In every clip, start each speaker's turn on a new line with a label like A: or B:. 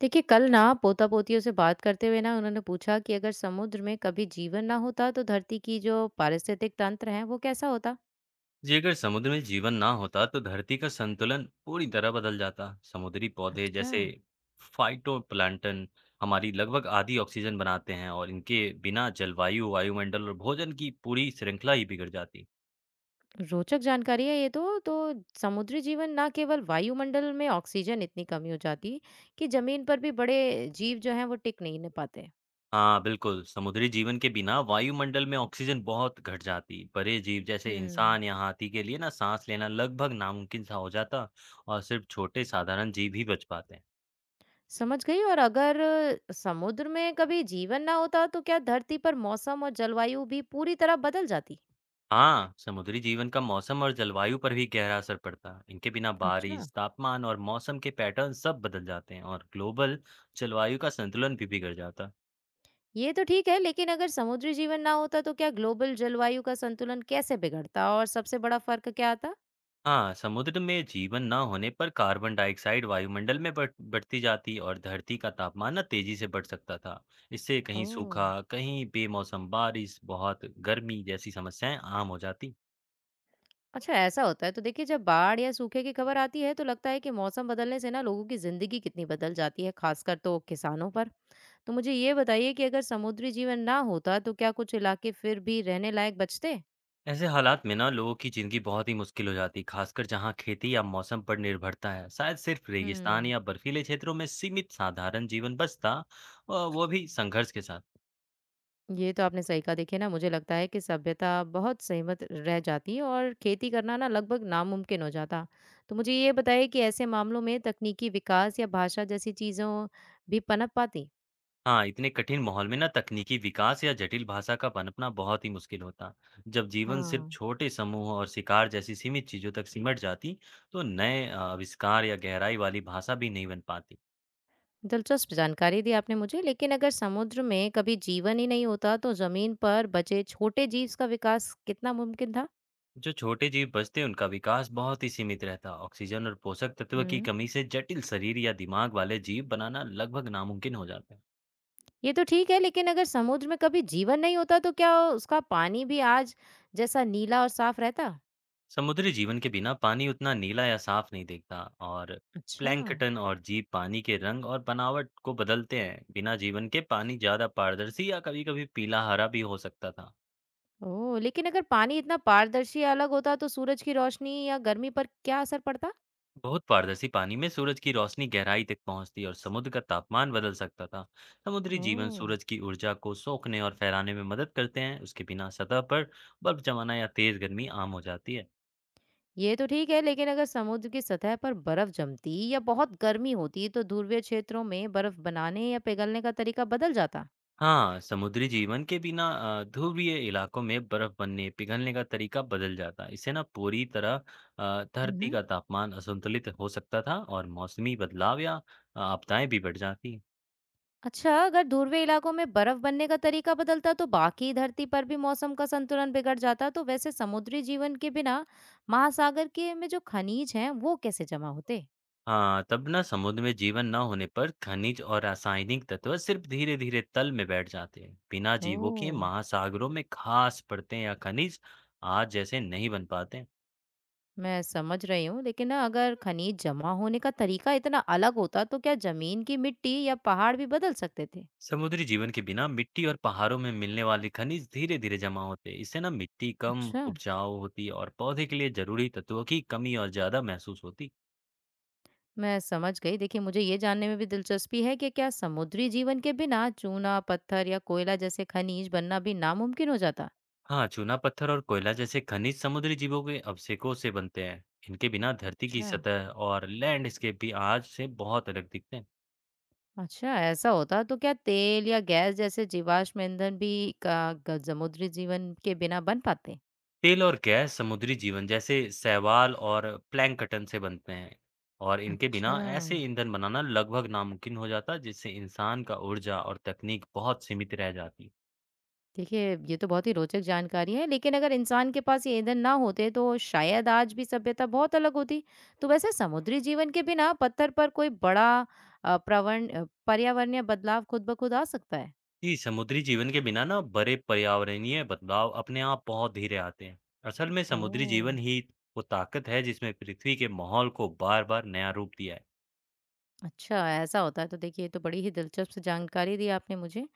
A: देखिए, कल ना पोता पोतियों से बात करते हुए ना उन्होंने पूछा कि अगर समुद्र में कभी जीवन ना होता तो धरती की जो पारिस्थितिक तंत्र है वो कैसा होता।
B: जी अगर समुद्र में जीवन ना होता तो धरती का संतुलन पूरी तरह बदल जाता। समुद्री पौधे
A: अच्छा,
B: जैसे फाइटोप्लैंटन हमारी लगभग आधी ऑक्सीजन बनाते हैं और इनके बिना जलवायु, वायुमंडल और भोजन की पूरी श्रृंखला ही बिगड़ जाती।
A: रोचक जानकारी है ये। तो समुद्री जीवन ना केवल वायुमंडल में ऑक्सीजन इतनी कमी हो जाती कि जमीन पर भी बड़े जीव जो हैं वो टिक नहीं न पाते।
B: हाँ बिल्कुल, समुद्री जीवन के बिना वायुमंडल में ऑक्सीजन बहुत घट जाती। बड़े जीव जैसे
A: हम्म।
B: इंसान या हाथी के लिए ना सांस लेना लगभग नामुमकिन सा हो जाता और सिर्फ छोटे साधारण जीव ही बच पाते हैं।
A: समझ गई। और अगर समुद्र में कभी जीवन ना होता तो क्या धरती पर मौसम और जलवायु भी पूरी तरह बदल जाती?
B: हाँ, समुद्री जीवन का मौसम और जलवायु पर भी गहरा असर पड़ता है। इनके बिना
A: अच्छा।
B: बारिश, तापमान और मौसम के पैटर्न सब बदल जाते हैं और ग्लोबल जलवायु का संतुलन भी बिगड़ जाता है।
A: ये तो ठीक है, लेकिन अगर समुद्री जीवन ना होता तो क्या ग्लोबल जलवायु का संतुलन कैसे बिगड़ता और सबसे बड़ा फर्क क्या आता?
B: हाँ, समुद्र में जीवन न होने पर कार्बन डाइऑक्साइड वायुमंडल में बढ़ती जाती और धरती का तापमान न तेजी से बढ़ सकता था। इससे कहीं
A: ओह!
B: सूखा, कहीं बेमौसम बारिश, बहुत गर्मी जैसी समस्याएं आम हो जाती।
A: अच्छा, ऐसा होता है। तो देखिए, जब बाढ़ या सूखे की खबर आती है तो लगता है कि मौसम बदलने से ना लोगों की जिंदगी कितनी बदल जाती है, खासकर तो किसानों पर। तो मुझे ये बताइए कि अगर समुद्री जीवन ना होता तो क्या कुछ इलाके फिर भी रहने लायक बचते?
B: ऐसे हालात में ना लोगों की जिंदगी बहुत ही मुश्किल हो जाती, खासकर जहाँ खेती या मौसम पर निर्भरता है। शायद सिर्फ रेगिस्तान
A: हुँ।
B: या बर्फीले क्षेत्रों में सीमित साधारण जीवन बसता, और वो भी संघर्ष के साथ।
A: ये तो आपने सही कहा। देखिए ना, मुझे लगता है कि सभ्यता बहुत सहमत रह जाती और खेती करना ना लगभग नामुमकिन हो जाता। तो मुझे ये बताइए कि ऐसे मामलों में तकनीकी विकास या भाषा जैसी चीज़ों भी पनप पाती?
B: हाँ, इतने कठिन माहौल में ना तकनीकी विकास या जटिल भाषा का पनपना बहुत ही मुश्किल होता। जब जीवन सिर्फ
A: हाँ,
B: छोटे समूह और शिकार जैसी सीमित चीजों तक सिमट जाती, तो नए आविष्कार या गहराई वाली भाषा भी नहीं बन पाती।
A: दिलचस्प जानकारी दी आपने मुझे। लेकिन अगर समुद्र में कभी जीवन ही नहीं होता तो ज़मीन पर बचे छोटे जीव का विकास कितना मुमकिन था?
B: जो छोटे जीव बचते हैं उनका विकास बहुत ही सीमित रहता है। ऑक्सीजन और पोषक तत्व की
A: हुँ।
B: कमी से जटिल शरीर या दिमाग वाले जीव बनाना लगभग नामुमकिन हो जाता है।
A: ये तो ठीक है, लेकिन अगर समुद्र में कभी जीवन नहीं होता तो क्या उसका पानी भी आज जैसा नीला और साफ रहता?
B: समुद्री जीवन के बिना पानी उतना नीला या साफ नहीं दिखता। और
A: अच्छा।
B: प्लैंकटन और जीव पानी के रंग और बनावट को बदलते हैं। बिना जीवन के पानी ज्यादा पारदर्शी या कभी कभी पीला हरा भी हो सकता था।
A: ओह! लेकिन अगर पानी इतना पारदर्शी या अलग होता तो सूरज की रोशनी या गर्मी पर क्या असर पड़ता?
B: बहुत पारदर्शी पानी में सूरज की रोशनी गहराई तक पहुंचती और समुद्र का तापमान बदल सकता था। समुद्री जीवन
A: ओह!
B: सूरज की ऊर्जा को सोखने और फैलाने में मदद करते हैं। उसके बिना सतह पर बर्फ जमाना या तेज गर्मी आम हो जाती है।
A: ये तो ठीक है, लेकिन अगर समुद्र की सतह पर बर्फ जमती या बहुत गर्मी होती तो ध्रुवीय क्षेत्रों में बर्फ बनाने या पिघलने का तरीका बदल जाता।
B: हाँ, समुद्री जीवन के बिना ध्रुवीय इलाकों में बर्फ बनने पिघलने का तरीका बदल जाता। इससे ना पूरी तरह धरती
A: मम्म।
B: का तापमान असंतुलित हो सकता था और मौसमी बदलाव या आपदाएं भी बढ़ जाती।
A: अच्छा, अगर ध्रुवीय इलाकों में बर्फ बनने का तरीका बदलता तो बाकी धरती पर भी मौसम का संतुलन बिगड़ जाता। तो वैसे समुद्री जीवन के बिना महासागर के में जो खनिज हैं वो कैसे जमा होते?
B: हाँ, तब ना समुद्र में जीवन न होने पर खनिज और रासायनिक तत्व सिर्फ धीरे धीरे तल में बैठ जाते हैं। बिना जीवों के
A: ओह।
B: महासागरों में खास परतें या खनिज आज जैसे नहीं बन पाते हैं।
A: मैं समझ रही हूँ, लेकिन ना अगर खनिज जमा होने का तरीका इतना अलग होता तो क्या जमीन की मिट्टी या पहाड़ भी बदल सकते थे?
B: समुद्री जीवन के बिना मिट्टी और पहाड़ों में मिलने वाले खनिज धीरे धीरे जमा होते हैं। इससे ना मिट्टी कम
A: अच्छा।
B: उपजाऊ होती है और पौधे के लिए जरूरी तत्वों की कमी और ज्यादा महसूस होती।
A: मैं समझ गई। देखिए, मुझे ये जानने में भी दिलचस्पी है कि क्या समुद्री जीवन के बिना चूना पत्थर या कोयला जैसे खनिज बनना भी नामुमकिन हो जाता।
B: हाँ, चूना पत्थर और कोयला जैसे खनिज समुद्री जीवों के अवशेषों से बनते हैं। इनके बिना धरती की
A: अच्छा।
B: सतह और लैंडस्केप भी आज से बहुत अलग दिखते हैं।
A: अच्छा, ऐसा होता तो क्या तेल या गैस जैसे जीवाश्म ईंधन भी का समुद्री जीवन के बिना बन पाते?
B: तेल और गैस समुद्री जीवन जैसे शैवाल और प्लैंकटन से बनते हैं, और इनके बिना
A: अच्छा।
B: ऐसे ईंधन बनाना लगभग नामुमकिन हो जाता, जिससे इंसान का ऊर्जा और तकनीक बहुत सीमित रह जाती।
A: देखिए, ये तो बहुत ही रोचक जानकारी है, लेकिन अगर इंसान के पास ये ईंधन ना होते तो शायद आज भी सभ्यता बहुत अलग होती। तो वैसे समुद्री जीवन के बिना पत्थर पर कोई बड़ा प्रवण पर्यावरणीय बदलाव खुद ब खुद आ सकता है?
B: जी, समुद्री जीवन के बिना ना बड़े पर्यावरणीय बदलाव अपने आप बहुत धीरे आते हैं। असल में समुद्री
A: ओह!
B: जीवन ही वो ताकत है जिसमें पृथ्वी के माहौल को बार बार नया रूप दिया है।
A: अच्छा, ऐसा होता है। तो देखिए, ये तो बड़ी ही दिलचस्प जानकारी दी आपने मुझे।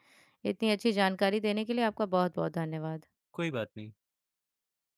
A: इतनी अच्छी जानकारी देने के लिए आपका बहुत-बहुत धन्यवाद।
B: कोई बात नहीं।